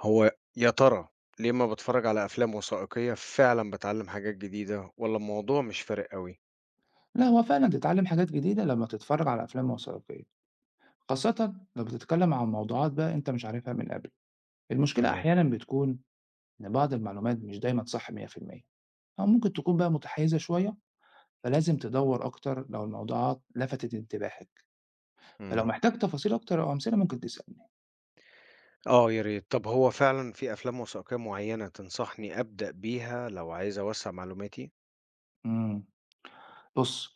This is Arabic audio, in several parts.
هو يا ترى ليه أمّا باتفرّج على أفلام وثائقية فعلًا باتعلّم حاجات جديدة والّا الموضوع مش فارق أوي؟ لا هو فعلًا تتعلم حاجات جديدة لمّا تتفرج على أفلام وثائقية، خاصةً لو بتتكلم عن موضوعات بقى أنت مش عارفها من قبل، المشكلة تمام. أحيانًا بتكون إن بعض المعلومات مش دايمًا صح 100% أو ممكن تكون بقى متحيزة شوية، فلازم تدوّر أكتر لو الموضوعات لفتت انتباهك، فلو إمم. محتاج تفاصيل أكتر أو أمثلة ممكن تسألني. آه يا ريت. طب هو فعلًا في أفلام وثائقية معيّنة تنصحني أبدأ بيها لو عايز أوسّع معلوماتي؟ إمم، بُص،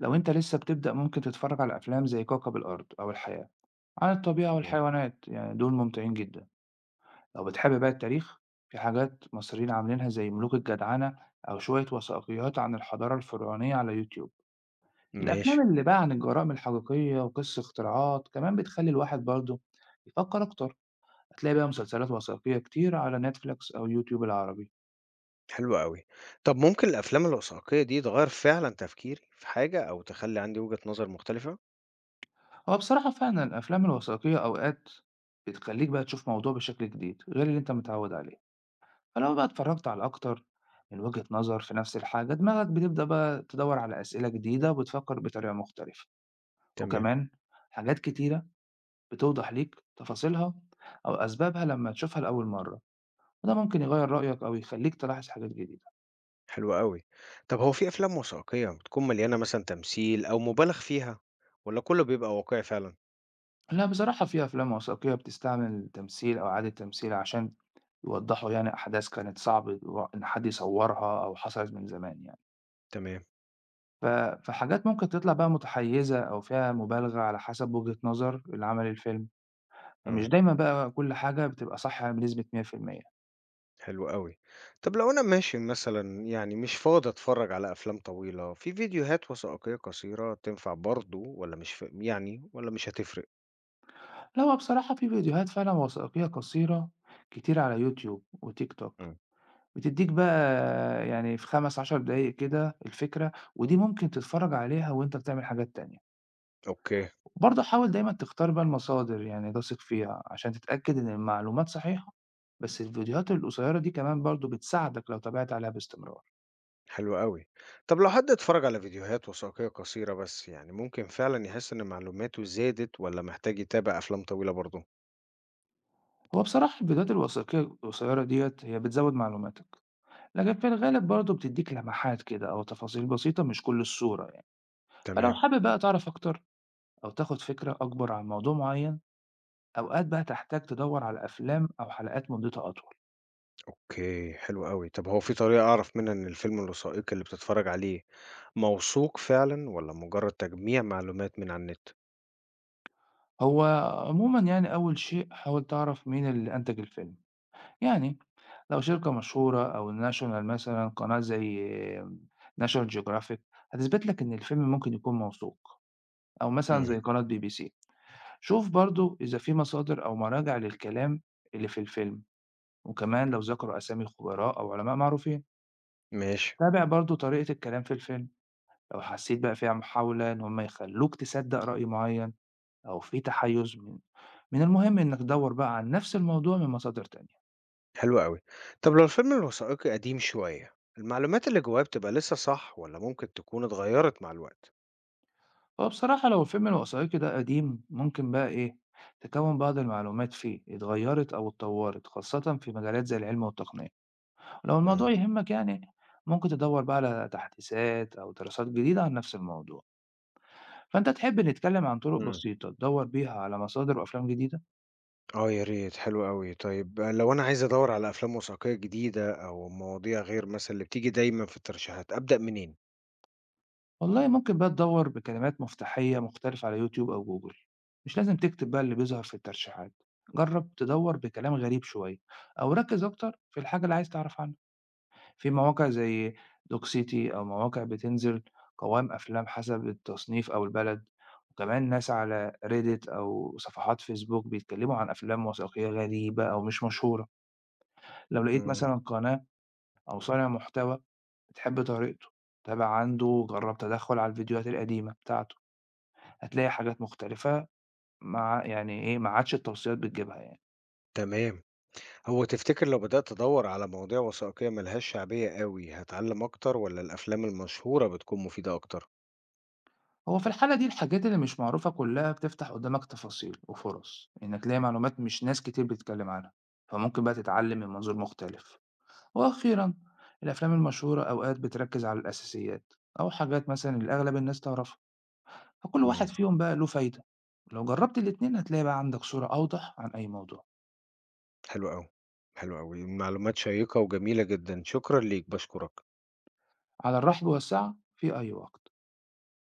لو أنت لسه بتبدأ ممكن تتفرج على أفلام زي كوكب الأرض أو الحياة عن الطبيعة إمم. والحيوانات، يعني دول ممتعين جدًا. لو بتحب بقى التاريخ في حاجات مصريين عاملينها زي ملوك الجدعنة أو شوية وثائقيات عن الحضارة الفرعونية على يوتيوب. ماشي، الأفلام اللي بقى عن الجرائم الحقيقية وقصة اختراعات كمان بتخلي الواحد برضه يفكر أكتر. هتلاقي بقى مسلسلات وثائقية كتير على نتفليكس أو يوتيوب العربي. حلو أوي. طب ممكن الأفلام الوثائقية دي تغيّر فعلًا تفكيري في حاجة أو تخلّي عندي وجهة نظر مختلفة؟ هو بصراحة فعلا الأفلام الوثائقية أوقات بتخليك بقى تشوف موضوع بشكل جديد غير اللي أنت متعود عليه، فلو بقى اتفرجت على أكتر من وجهة نظر في نفس الحاجة دماغك بتبدأ بقى تدور على أسئلة جديدة وبتفكر بطريقة مختلفة. تمام، وكمان حاجات كتيرة بتوضح ليك تفاصيلها أو أسبابها لما تشوفها لأول مرة، وده ممكن يغير رأيك أو يخليك تلاحظ حاجات جديدة. حلو أوي. طب هو في أفلام وثائقية بتكون مليانة مثلًا تمثيل أو مُبالغ فيها والّا كُلّه بيبقى واقعي فعلًا؟ لا بصراحة في أفلام وثائقية بتستعمل تمثيل أو إعادة تمثيل عشان يوضحوا يعني أحداث كانت صعب إن حد يصورها أو حصلت من زمان يعني. تمام. ف- فحاجات ممكن تطلع بقى متحيزة أو فيها مبالغة على حسب وجهة نظر اللي عمل الفيلم، فمش إمم. دايما بقى كل حاجة بتبقى صح بنسبة 100%. حلو أوي. طب لو أنا ماشي مثلًا يعني مش فاضي أتفرّج على أفلام طويلة، في فيديوهات وثائقية قصيرة تنفع برضه والّا مش ف يعني والّا مش هتفرق؟ لا هو بصراحة في فيديوهات فعلًا وثائقية قصيرة كتير على يوتيوب وتيك توك، إمم. بتدّيك بقى يعني في 5، 10 دقايق كده الفكرة، ودي ممكن تتفرّج عليها وأنت بتعمل حاجات تانية. أوكي، برضه حاول دايمًا تختار بقى المصادر يعني تثق فيها عشان تتأكد إن المعلومات صحيحة، بس الفيديوهات القصيرة دي كمان برضه بتساعدك لو تابعت عليها باستمرار. حلو أوي. طب لو حد اتفرّج على فيديوهات وثائقية قصيرة بس، يعني ممكن فعلًا يحس إن معلوماته زادت والّا محتاج يتابع أفلام طويلة برضه؟ هو بصراحة الفيديوهات الوثائقية القصيرة ديّة هي بتزوّد معلوماتك، لكن في الغالب برضه بتدّيك لمحات كده أو تفاصيل بسيطة مش كل الصورة يعني. فلو تمام، حابب بقى تعرف أكتر أو تاخد فكرة أكبر عن موضوع معين أوقات بقى تحتاج تدور على أفلام أو حلقات مدتها أطول. أوكي، حلو أوي. طب هو في طريقة أعرف منها إن الفيلم الوثائقي اللي بتتفرّج عليه موثوق فعلًا والّا مجرد تجميع معلومات من على النت؟ هو عموما يعني أول شيء حاول تعرف مين اللي أنتج الفيلم، يعني لو شركة مشهورة أو ناشونال مثلا قناة زي ناشونال جيوغرافيك هتثبت لك إن الفيلم ممكن يكون موثوق، أو مثلا إمم، زي قناة بي بي سي. شوف برضو إذا في مصادر أو مراجع للكلام اللي في الفيلم، وكمان لو ذكروا أسامي خبراء أو علماء معروفين. ماشي. تابع برضو طريقة الكلام في الفيلم، لو حسيت بقى فيها محاولة إن هم يخلّوك تصدّق رأي معيّن أو في تحيُّز، من المهم إنك تدوّر بقى عن نفس الموضوع من مصادر تانية. حلو أوي. طب لو الفيلم الوثائقي قديم شوية، المعلومات اللي جواه بتبقى لسه صح والّا ممكن تكون اتغيّرت مع الوقت؟ هو بصراحة لو الفيلم الوثائقي ده قديم ممكن بقى إيه، تكوّن بعض المعلومات فيه اتغيّرت أو اتطوّرت خاصةً في مجالات زي العلم والتقنية. لو امم. الموضوع يهمك يعني ممكن تدوّر بقى على تحديثات أو دراسات جديدة عن نفس الموضوع. فأنت تحب نتكلم عن طُرق امم. بسيطة تدوّر بيها على مصادر وأفلام جديدة؟ آه يا ريت، حلو أوي. طيب آه، لو أنا عايز أدوّر على أفلام وثائقية جديدة أو مواضيع غير مثلًا اللي بتيجي دايمًا في الترشيحات، أبدأ منين؟ والله ممكن بقى تدوّر بكلمات مفتاحية مختلفة على يوتيوب أو جوجل، مش لازم تكتب بقى اللي بيظهر في الترشيحات، جرّب تدوّر بكلام غريب شوية أو ركّز أكتر في الحاجة اللي عايز تعرف عنها. في مواقع زي دوكسيتي أو مواقع بتنزل قوائم أفلام حسب التصنيف أو البلد، وكمان ناس على Reddit أو صفحات فيسبوك بيتكلموا عن أفلام وثائقية غريبة أو مش مشهورة. لو لقيت امم. مثلًا قناة أو صانع محتوى بتحب طريقته، تابع عنده وجرّب تدخّل على الفيديوهات القديمة بتاعته. هتلاقي حاجات مختلفة مع يعني إيه، ما عادش التوصيات بتجيبها يعني. تمام. هو تفتكر لو بدأت أدوّر على مواضيع وثائقية ما لهاش شعبية أوي، هاتعلم أكتر والّا الأفلام المشهورة بتكون مفيدة أكتر؟ هو في الحالة دي الحاجات اللي مش معروفة كلها بتفتح قدّامك تفاصيل وفُرَص إنّك تلاقي معلومات مش ناس كتير بتتكلّم عنها، فممكن بقى تتعلّم من منظور مختلف. وأخيرًا، الأفلام المشهورة أوقات بتركّز على الأساسيات أو حاجات مثلًا اللي أغلب الناس تعرفها، فكل واحد امم. فيهم بقى له فايدة. لو جرّبت الاتنين هتلاقي بقى عندك صورة أوضح عن أي موضوع. حلو أوي، حلو أوي. معلومات شيّقة وجميلة جدًا، شكرًا ليك، باشكرك. على الرحب والسعة في أي وقت.